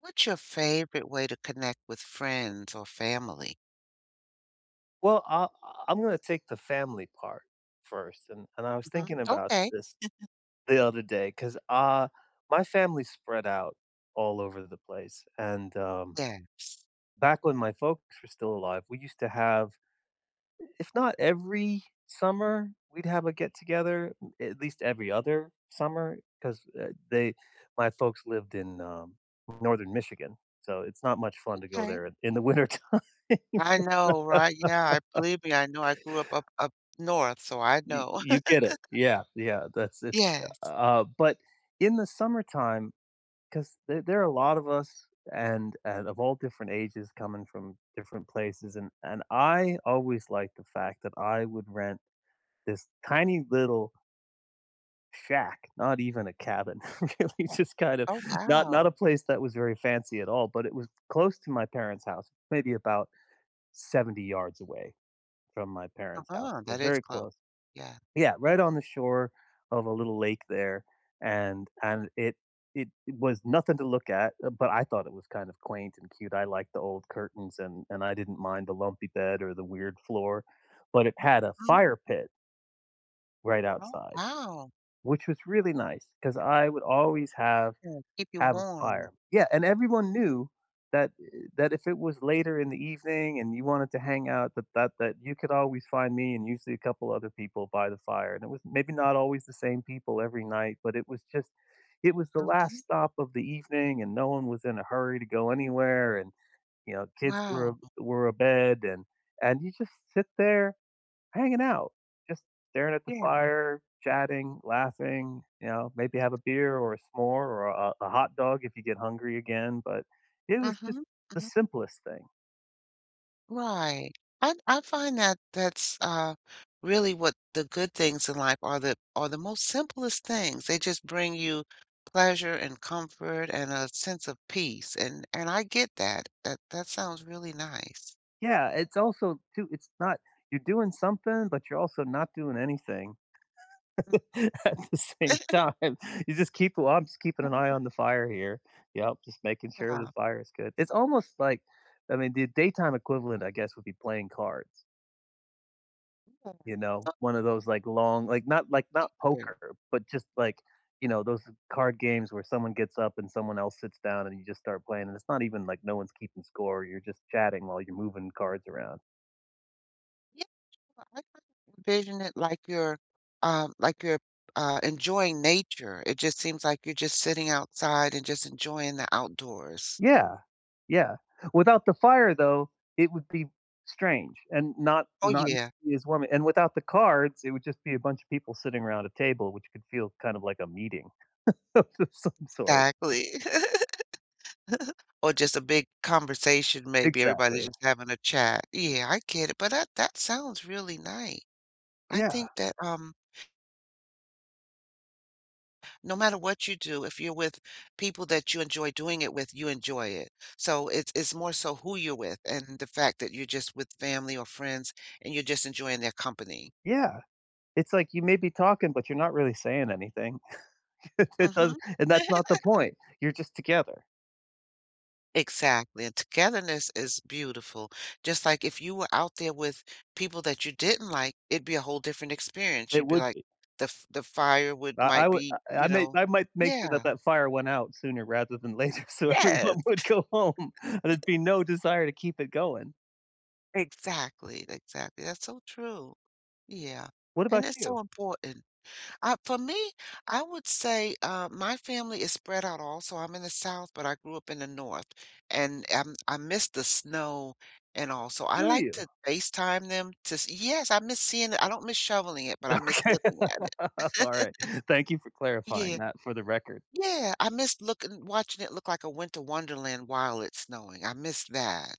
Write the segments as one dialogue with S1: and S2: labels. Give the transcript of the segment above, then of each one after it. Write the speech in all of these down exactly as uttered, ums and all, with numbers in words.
S1: What's your favorite way to connect with friends or family?
S2: Well, I I'm gonna take the family part first, and and I was
S1: Mhm.
S2: thinking about
S1: Okay.
S2: this the other day because uh, my family spread out all over the place, and, um,
S1: Yeah.
S2: back when my folks were still alive, we used to have if not every summer, we'd have a get-together, at least every other summer 'cause, uh, they my folks lived in, um, Northern Michigan, so it's not much fun to go
S1: Okay.
S2: there in in the winter time.
S1: I know, right? Yeah, I believe me, I know I grew up up up north, so I
S2: Y
S1: know.
S2: you get it. Yeah, yeah, that's it's
S1: Yes.
S2: uh, but in the summertime, 'cause there there are a lot of us and and of all different ages coming from different places, and and I always liked the fact that I would rent this tiny little shack, not even a cabin, really just kind of
S1: Oh,
S2: not not
S1: wow.
S2: a place that was very fancy at all, but it was close to my parents' house, maybe about seventy yards away from my parents' house,
S1: Uh-huh,
S2: so
S1: that is
S2: very
S1: close.
S2: close.
S1: Yeah.
S2: Yeah, right on the shore of a little lake there, and and it it was nothing to look at, uh, but I thought it was kind of quaint and cute. I liked the old curtains and and I didn't mind the lumpy bed or the weird floor, but it had a
S1: Mhm.
S2: fire pit right
S1: Oh,
S2: outside,
S1: wow.
S2: which was really nice because I would always have
S1: Yeah, keep you
S2: have a
S1: warm.
S2: fire. Yeah, and everyone knew that eh, that if it was later in the evening and you wanted to hang out, that that that you could always find me and usually a couple other people by the fire. And it was maybe not always the same people every night, but it was just it was the last
S1: Mhm.
S2: stop of the evening and no one was in a hurry to go anywhere and you know, kids were
S1: Wow.
S2: were abed and and you just sit there hanging out, just staring at the
S1: Yeah.
S2: fire, chatting, laughing, you know, maybe have a beer or a s'more or a a hot dog if you get hungry again, but it was just
S1: Mhm.
S2: the
S1: Mhm.
S2: simplest thing.
S1: Right. I I find that that's uh really what the good things in life are the are the most simplest things. They just bring you pleasure and comfort and a sense of peace. And and I get that. That that sounds really nice.
S2: Yeah, it's also too it's not you're doing something, but you're also not doing anything at the same time. You just keep well, I'm just keeping an eye on the fire here. Yep, just making sure the
S1: Yeah.
S2: fire is good. It's almost like I mean, the daytime equivalent, I guess, would be playing cards.
S1: Yeah.
S2: You know, one of those, like, long like, not like, not
S1: Thank you.
S2: poker, but just, like, you know, those card games where someone gets up and someone else sits down and you just start playing, and it's not even like no one's keeping score, you're just chatting while you're moving cards around.
S1: Yeah, I kind of envision it like you're um like you're uh enjoying nature. It just seems like you're just sitting outside and just enjoying the outdoors.
S2: Yeah, yeah. Without the fire, though, it would be strange and not
S1: Oh
S2: not
S1: yeah,
S2: nearly as warm. And without the cards, it would just be a bunch of people sitting around a table, which could feel kind of like a meeting of some sort.
S1: exactly. Or just a big conversation, maybe everybody's
S2: Exactly.
S1: just having a chat. Yeah, I get it, but that that sounds really nice. I
S2: Yeah,
S1: think that, um, no matter what you do, if you're with people that you enjoy doing it with, you enjoy it. So it's it's more so who you're with and the fact that you're just with family or friends and you're just enjoying their company.
S2: yeah. It's like you may be talking, but you're not really saying anything. It does
S1: Mhm.
S2: and that's not the point. You're just together.
S1: Exactly, and togetherness is beautiful. Just like if you were out there with people that you didn't like, it'd be a whole different experience.
S2: It
S1: You'd be
S2: would
S1: like,
S2: be.
S1: the f the firewood
S2: I I
S1: might
S2: would
S1: be,
S2: I I
S1: you
S2: may
S1: know.
S2: I might make sure
S1: Yeah.
S2: that that fire went out sooner rather than later so
S1: Yes,
S2: everyone would go home, and there'd be no desire to keep it going.
S1: exactly, exactly. That's so true. Yeah,
S2: What
S1: and
S2: about
S1: it's so
S2: you?
S1: important. Uh, for me, I would say uh, my family is spread out also. I'm in the South, but I grew up in the North, and um, I miss the snow and all. So I
S2: Do
S1: like
S2: you?
S1: to FaceTime them to, s- yes, I miss seeing it. I don't miss shoveling it, but I miss
S2: Okay.
S1: looking at it.
S2: Alright. Thank you for clarifying
S1: Yeah,
S2: that for the record.
S1: yeah, I miss looking, watching it look like a winter wonderland while it's snowing. I miss that.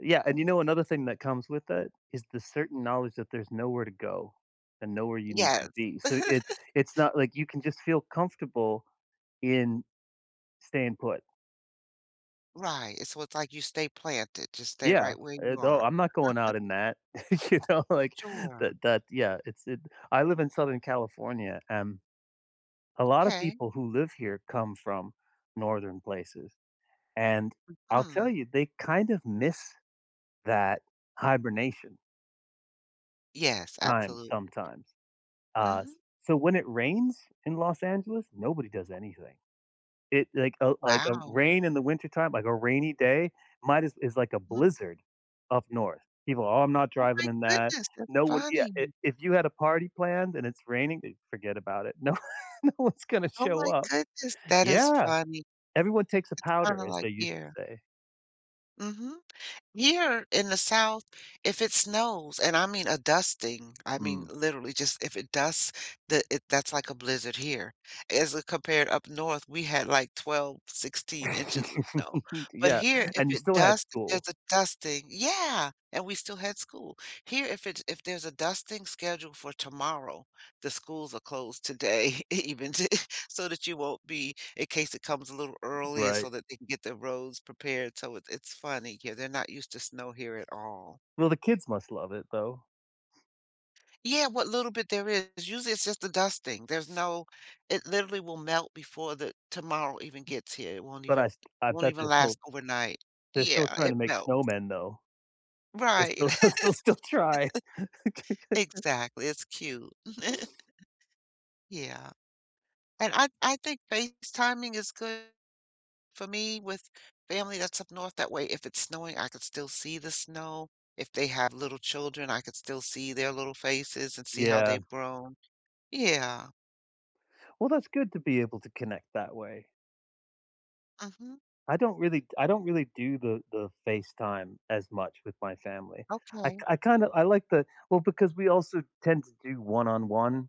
S2: Yeah, and you know another thing that comes with that is the certain knowledge that there's nowhere to go and nowhere you need to
S1: Yes.
S2: be. So it's it's not like you can just feel comfortable in staying put.
S1: Right. It's- So it's like you stay planted, just stay
S2: Yeah,
S1: right where you
S2: it, oh,
S1: are.
S2: I'm not going out in that. You know, like
S1: Sure.
S2: that that yeah, it's it I live in Southern California and a lot of
S1: Okay.
S2: people who live here come from northern places. And I'll tell
S1: Hmm.
S2: you they kind of miss that hibernation
S1: Yes,
S2: time
S1: absolutely.
S2: sometimes. Uh,
S1: Hmm.
S2: so when it rains in Los Angeles, nobody does anything. It like a like a
S1: Wow.
S2: rain in the wintertime, like a rainy day, might as is like a
S1: Mhm.
S2: blizzard up north. People, "Oh, I'm not
S1: Oh
S2: driving
S1: my
S2: in that."
S1: goodness, that's
S2: No one yeah,
S1: funny.
S2: I if you had a party planned and it's raining, then forget about it. No no one's gonna
S1: Oh
S2: show
S1: my
S2: up.
S1: goodness, that is
S2: Yeah,
S1: funny.
S2: everyone takes a powder,
S1: Kinda
S2: as they
S1: like
S2: used
S1: here.
S2: to say.
S1: Mhm. Here in the South, if it snows, and I mean a dusting, I mean
S2: Mm.
S1: literally just if it dusts, that it that's like a blizzard here. As it compared up north, we had like twelve, sixteen inches of snow. But
S2: Yeah,
S1: here, if
S2: and you
S1: it
S2: still had
S1: dusts, if
S2: school.
S1: there's a dusting, yeah, and we still had school. Here, if it's if there's a dusting scheduled for tomorrow, the schools are closed today, even so that you won't be in case it comes a little early and
S2: Right.
S1: so that they can get the roads prepared. So it's it's funny. Yeah, they're not used to snow here at all.
S2: Well, the kids must love it, though,
S1: Yeah, what little bit there is, usually it's just the dusting. There's no it literally will melt before the tomorrow even gets here. It won't
S2: but I
S1: even
S2: st I
S1: won't
S2: bet
S1: even
S2: there's still
S1: last overnight.
S2: they're still
S1: Yeah,
S2: trying to
S1: it
S2: make
S1: melts.
S2: snowmen, though.
S1: Right.
S2: They'll still they'll still try.
S1: Exactly. It's cute. Yeah. And I I think FaceTiming is good for me, with family that's up north, that way, if it's snowing, I could still see the snow. If they have little children, I could still see their little faces and see how
S2: Yeah.
S1: they've grown. Yeah.
S2: Well, that's good to be able to connect that way.
S1: Hmm.
S2: I don't really I don't really do the the FaceTime as much with my family. I
S1: Okay.
S2: I kinda I like the well, because we also tend to do one-on-one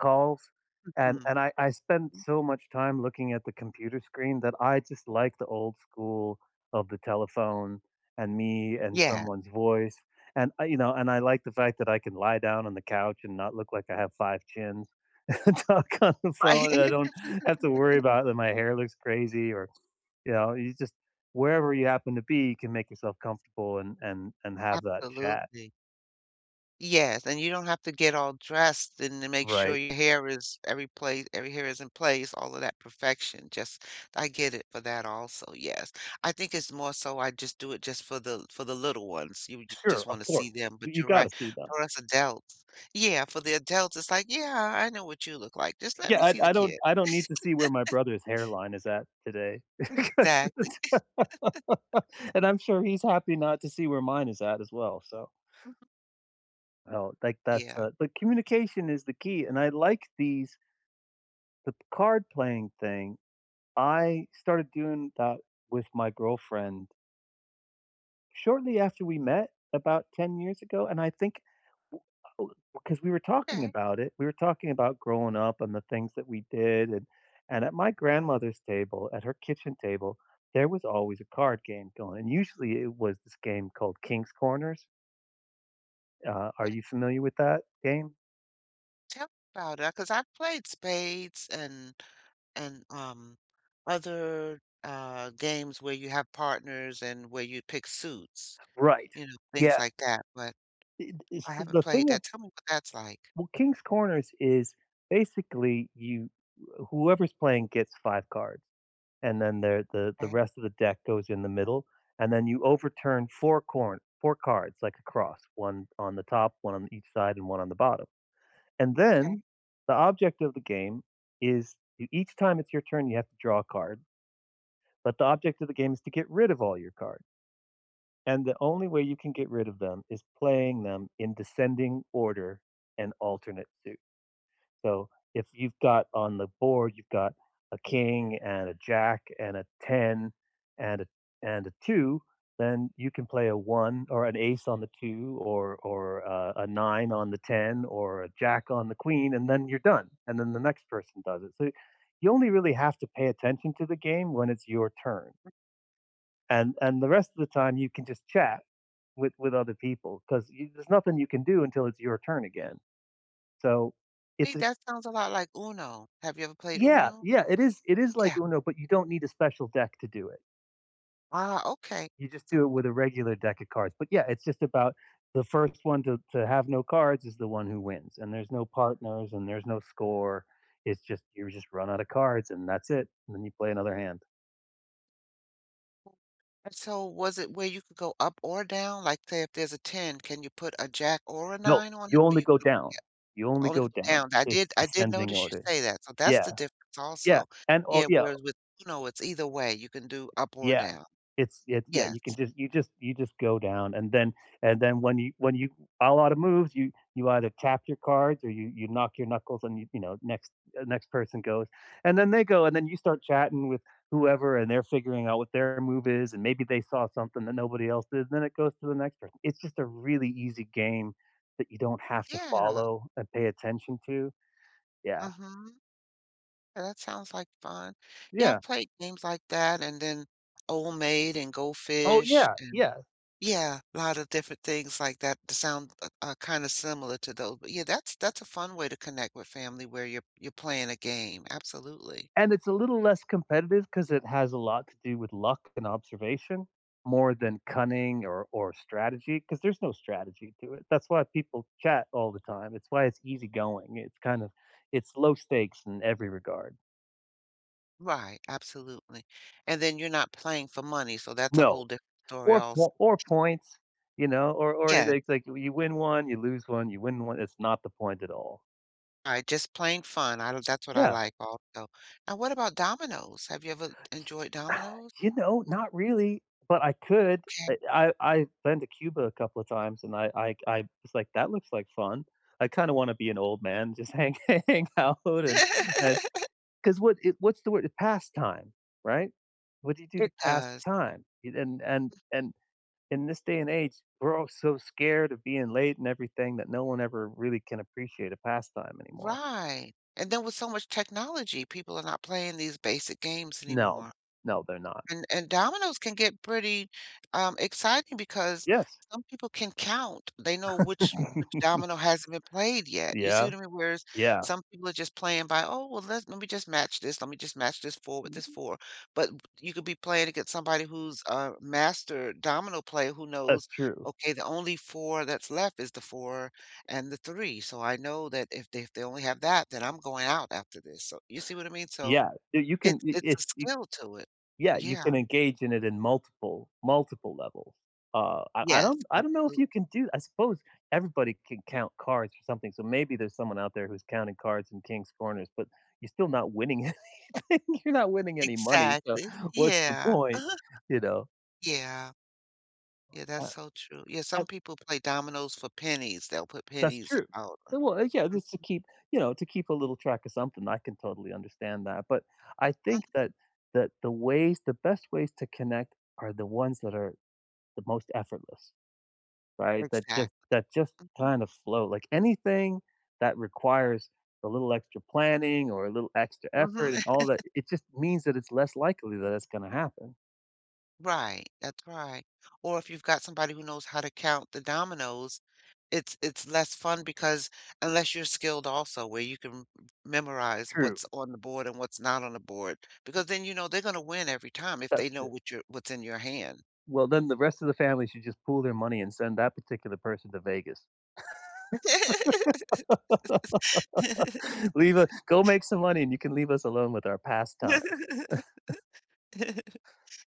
S2: calls, and
S1: Mhm.
S2: and I I spend so much time looking at the computer screen that I just like the old school of the telephone and me and
S1: Yeah.
S2: someone's voice. And, I you know, and I like the fact that I can lie down on the couch and not look like I have five chins and talk on the
S1: Right.
S2: phone, and I don't have to worry about that my hair looks crazy or, you know, you just wherever you happen to be, you can make yourself comfortable and and and have that chat,
S1: Absolutely. Yes, and you don't have to get all dressed and to make sure
S2: right?
S1: your hair is every place, every hair is in place, all of that perfection. Just, I get it for that also. Yes. I think it's more so I just do it just for the for the little ones. You j-
S2: Sure,
S1: just
S2: of
S1: want to
S2: course.
S1: see them,
S2: You
S1: but
S2: you
S1: you're
S2: gotta
S1: right.
S2: see them.
S1: For us adults, yeah, for the adults, it's like, yeah, I know what you look like. Just let me
S2: Yeah, I
S1: see the
S2: I don't
S1: kid.
S2: I don't need to see where my brother's hairline is at today. 'Cause
S1: Exactly.
S2: it's and I'm sure he's happy not to see where mine is at as well, so, no, like, that's,
S1: Yeah.
S2: uh but communication is the key, and I like these the card playing thing. I started doing that with my girlfriend shortly after we met, about ten years ago, and I think oh, because we were talking
S1: Okay.
S2: about it, we were talking about growing up and the things that we did, and and at my grandmother's table, at her kitchen table, there was always a card game going, and usually it was this game called King's Corners. Uh, are
S1: Okay.
S2: you familiar with that game?
S1: Tell me about it, because I've played spades and and um, other uh, games where you have partners and where you pick suits,
S2: Right.
S1: you know, things
S2: Yeah,
S1: like that. But
S2: it it's
S1: I haven't
S2: the
S1: played
S2: thing of
S1: that. Tell me what that's like.
S2: well, King's Corners is basically you whoever's playing gets five cards. And then there the the
S1: Okay.
S2: rest of the deck goes in the middle, and then you overturn four corn four cards like a cross, one on the top, one on each side, and one on the bottom. And
S1: Okay.
S2: then the object of the game is e each time it's your turn, you have to draw a card, but the object of the game is to get rid of all your cards, and the only way you can get rid of them is playing them in descending order and alternate suit. So if you've got on the board, you've got a king and a jack and a ten and a and a two, then you can play a one or an ace on the two or or uh, a nine on the ten or a jack on the queen and then you're done. And then the next person does it. So you only really have to pay attention to the game when it's your turn. And and the rest of the time you can just chat with with other people because there's nothing you can do until it's your turn again. So it's
S1: Me, that sounds a lot like Uno. Have you ever played
S2: Yeah,
S1: Uno?
S2: yeah, it is it is like
S1: Yeah.
S2: Uno, but you don't need a special deck to do it.
S1: Ah, okay.
S2: You just
S1: So,
S2: do it with a regular deck of cards. But yeah, it's just about the first one to to have no cards is the one who wins, and there's no partners and there's no score. It's just you just run out of cards and that's it. And then you play another hand.
S1: and so was it where you could go up or down? Like, say, if there's a ten, can you put a jack or a
S2: No,
S1: nine on
S2: you
S1: it? Or
S2: only
S1: you
S2: go down. You only
S1: only
S2: go
S1: come
S2: down.
S1: down. I
S2: It's
S1: did I did
S2: descending
S1: notice you
S2: order.
S1: say that, so that's
S2: Yeah,
S1: the difference
S2: yeah,
S1: also.
S2: and all
S1: Yeah,
S2: yeah.
S1: whereas with Uno, it's either way. You can do up or
S2: Yeah.
S1: down.
S2: It's it's yeah,
S1: Yes.
S2: you can just you just you just go down and then and then when you when you a lot of moves, you you either tap your cards or you you knock your knuckles and you you know, next uh, next person goes. And then they go and then you start chatting with whoever and they're figuring out what their move is and maybe they saw something that nobody else did, and then it goes to the next person. It's just a really easy game that you don't have to
S1: Yeah.
S2: follow and pay attention to. Yeah.
S1: Mhm. Yeah, that sounds like fun. Yeah,
S2: Yeah.
S1: I've played games like that and then Old Maid and Go
S2: Oh,
S1: Fish
S2: yeah.
S1: and
S2: Yeah.
S1: yeah, a lot of different things like that that sound, uh, uh, kinda similar to those. But yeah, that's that's a fun way to connect with family where you're you're playing a game. Absolutely.
S2: And it's a little less competitive because it has a lot to do with luck and observation more than cunning or or strategy. Because there's no strategy to it. That's why people chat all the time. It's why it's easygoing. It's kind of it's low stakes in every regard.
S1: Right, absolutely. And then you're not playing for money, so that's a whole
S2: No.
S1: different story
S2: Or
S1: also.
S2: po or points, you know, or or
S1: Yeah,
S2: anything. It's like you win one, you lose one, you win one. It's not the point at all.
S1: right, just plain fun. I that's what I
S2: Yeah.
S1: like also. Now what about dominoes? Have you ever enjoyed dominoes?
S2: You know, not really, but I could.
S1: Okay.
S2: eh, I I I've been to Cuba a couple of times, and I I I was like, "That looks like fun." I kinda wanna be an old man, just hang hang out and because what it what's the word? Pastime, right? What do you do to
S1: It
S2: pass
S1: does.
S2: time? You and and and in this day and age, we're all so scared of being late and everything that no one ever really can appreciate a pastime anymore.
S1: Right. And then with so much technology, people are not playing these basic games
S2: No.
S1: anymore.
S2: No, they're not.
S1: And and dominoes can get pretty, um, exciting because
S2: Yes.
S1: some people can count. They know which which domino hasn't been played yet. You see
S2: Yeah.
S1: what I mean? Whereas
S2: Yeah.
S1: some people are just playing by, "Oh, well, let's let me just match this. Let me just match this four with this four." But you could be playing against somebody who's a master domino player who
S2: That's
S1: knows,
S2: true.
S1: "Okay, the only four that's left is the four and the three. So I know that if they if they only have that, then I'm going out after this." So you see what I mean? So
S2: Yeah, y you can
S1: it's
S2: I
S1: it's a
S2: it's y
S1: skill to it.
S2: yeah, you can
S1: Yeah.
S2: engage in it in multiple multiple levels. Uh, I I
S1: Yes,
S2: don't I don't know if you
S1: absolutely.
S2: can do I suppose everybody can count cards or something, so maybe there's someone out there who's counting cards in king's corners, but you're still not winning anything. You're not winning any money, so
S1: Exactly.
S2: what's the
S1: Yeah.
S2: point,
S1: Uh-huh.
S2: you know?
S1: Yeah. Yeah, that's so true. Yeah,
S2: I
S1: some people play dominoes for pennies. They'll put
S2: that's
S1: pennies
S2: true.
S1: out.
S2: Uh, well, uh, yeah, just to keep you know, to keep a little track of something, I can totally understand that, but I think
S1: Mhm.
S2: that that the ways the best ways to connect are the ones that are the most effortless, right? That just
S1: Exact.
S2: that just kind of flow, like, anything that requires a little extra planning or a little extra
S1: Mhm.
S2: effort and all that, it just means that it's less likely that it's gonna happen.
S1: Right, that's right. Or if you've got somebody who knows how to count the dominoes, it's it's less fun because unless you're skilled also where you can memorize
S2: True.
S1: what's on the board and what's not on the board, because then you know they're gonna win every time if
S2: That's
S1: they know
S2: true.
S1: what your what's in your hand.
S2: Well, then the rest of the family should just pool their money and send that particular person to Vegas. Leave a go make some money and you can leave us alone with our pastime.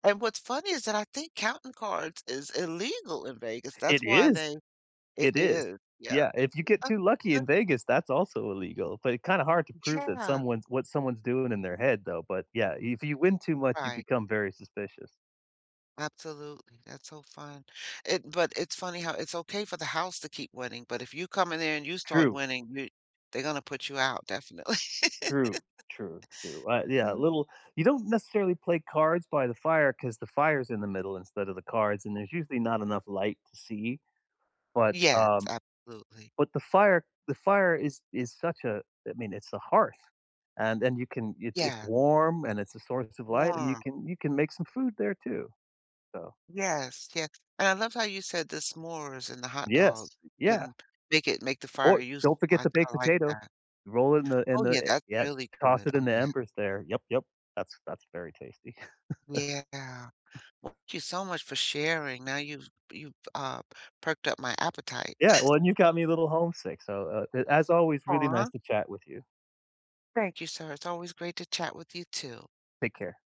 S1: And what's funny is that I think counting cards is illegal in Vegas.
S2: It
S1: That's why
S2: is,
S1: they it
S2: it is.
S1: is, yeah.
S2: Yeah, if you get
S1: Uh,
S2: too lucky
S1: uh,
S2: in Vegas, that's also illegal, but it's kinda hard to prove that
S1: yeah,
S2: someone's what someone's doing in their head though, but yeah, if you win too much, you
S1: right,
S2: become very suspicious.
S1: absolutely, that's so fun. It but it's funny how it's okay for the house to keep winning, but if you come in there and you start
S2: True,
S1: winning, you they're gonna put you out, definitely.
S2: true, true, true. Uh, yeah, a
S1: Mhm.
S2: little you don't necessarily play cards by the fire because the fire's in the middle instead of the cards, and there's usually not enough light to see, but,
S1: Yes,
S2: um
S1: absolutely.
S2: but the fire the fire is is such a I mean, it's a hearth, and and you can it's it's
S1: Yeah,
S2: warm, and it's a source of light, and you
S1: warm.
S2: can you can make some food there too, so
S1: Yes, yes. And I love how you said the s'mores and the hot dog.
S2: yes,
S1: You
S2: yeah.
S1: can make it make the
S2: Oh,
S1: fire useful.
S2: don't forget
S1: I
S2: the baked
S1: I like
S2: potato.
S1: that.
S2: Roll it in the in
S1: Oh,
S2: the
S1: yeah,
S2: eh
S1: that's
S2: yeah,
S1: really
S2: toss
S1: good.
S2: it in
S1: Oh,
S2: the
S1: yeah.
S2: embers there. Yep, yep. That's that's very tasty.
S1: Yeah. Well, thank you so much for sharing. Now you've you've, uh, perked up my appetite.
S2: Yeah, well, and you got me a little homesick, so, uh, as always, really nice
S1: Aw,
S2: to chat with you.
S1: thank you, sir. It's always great to chat with you too.
S2: Take care.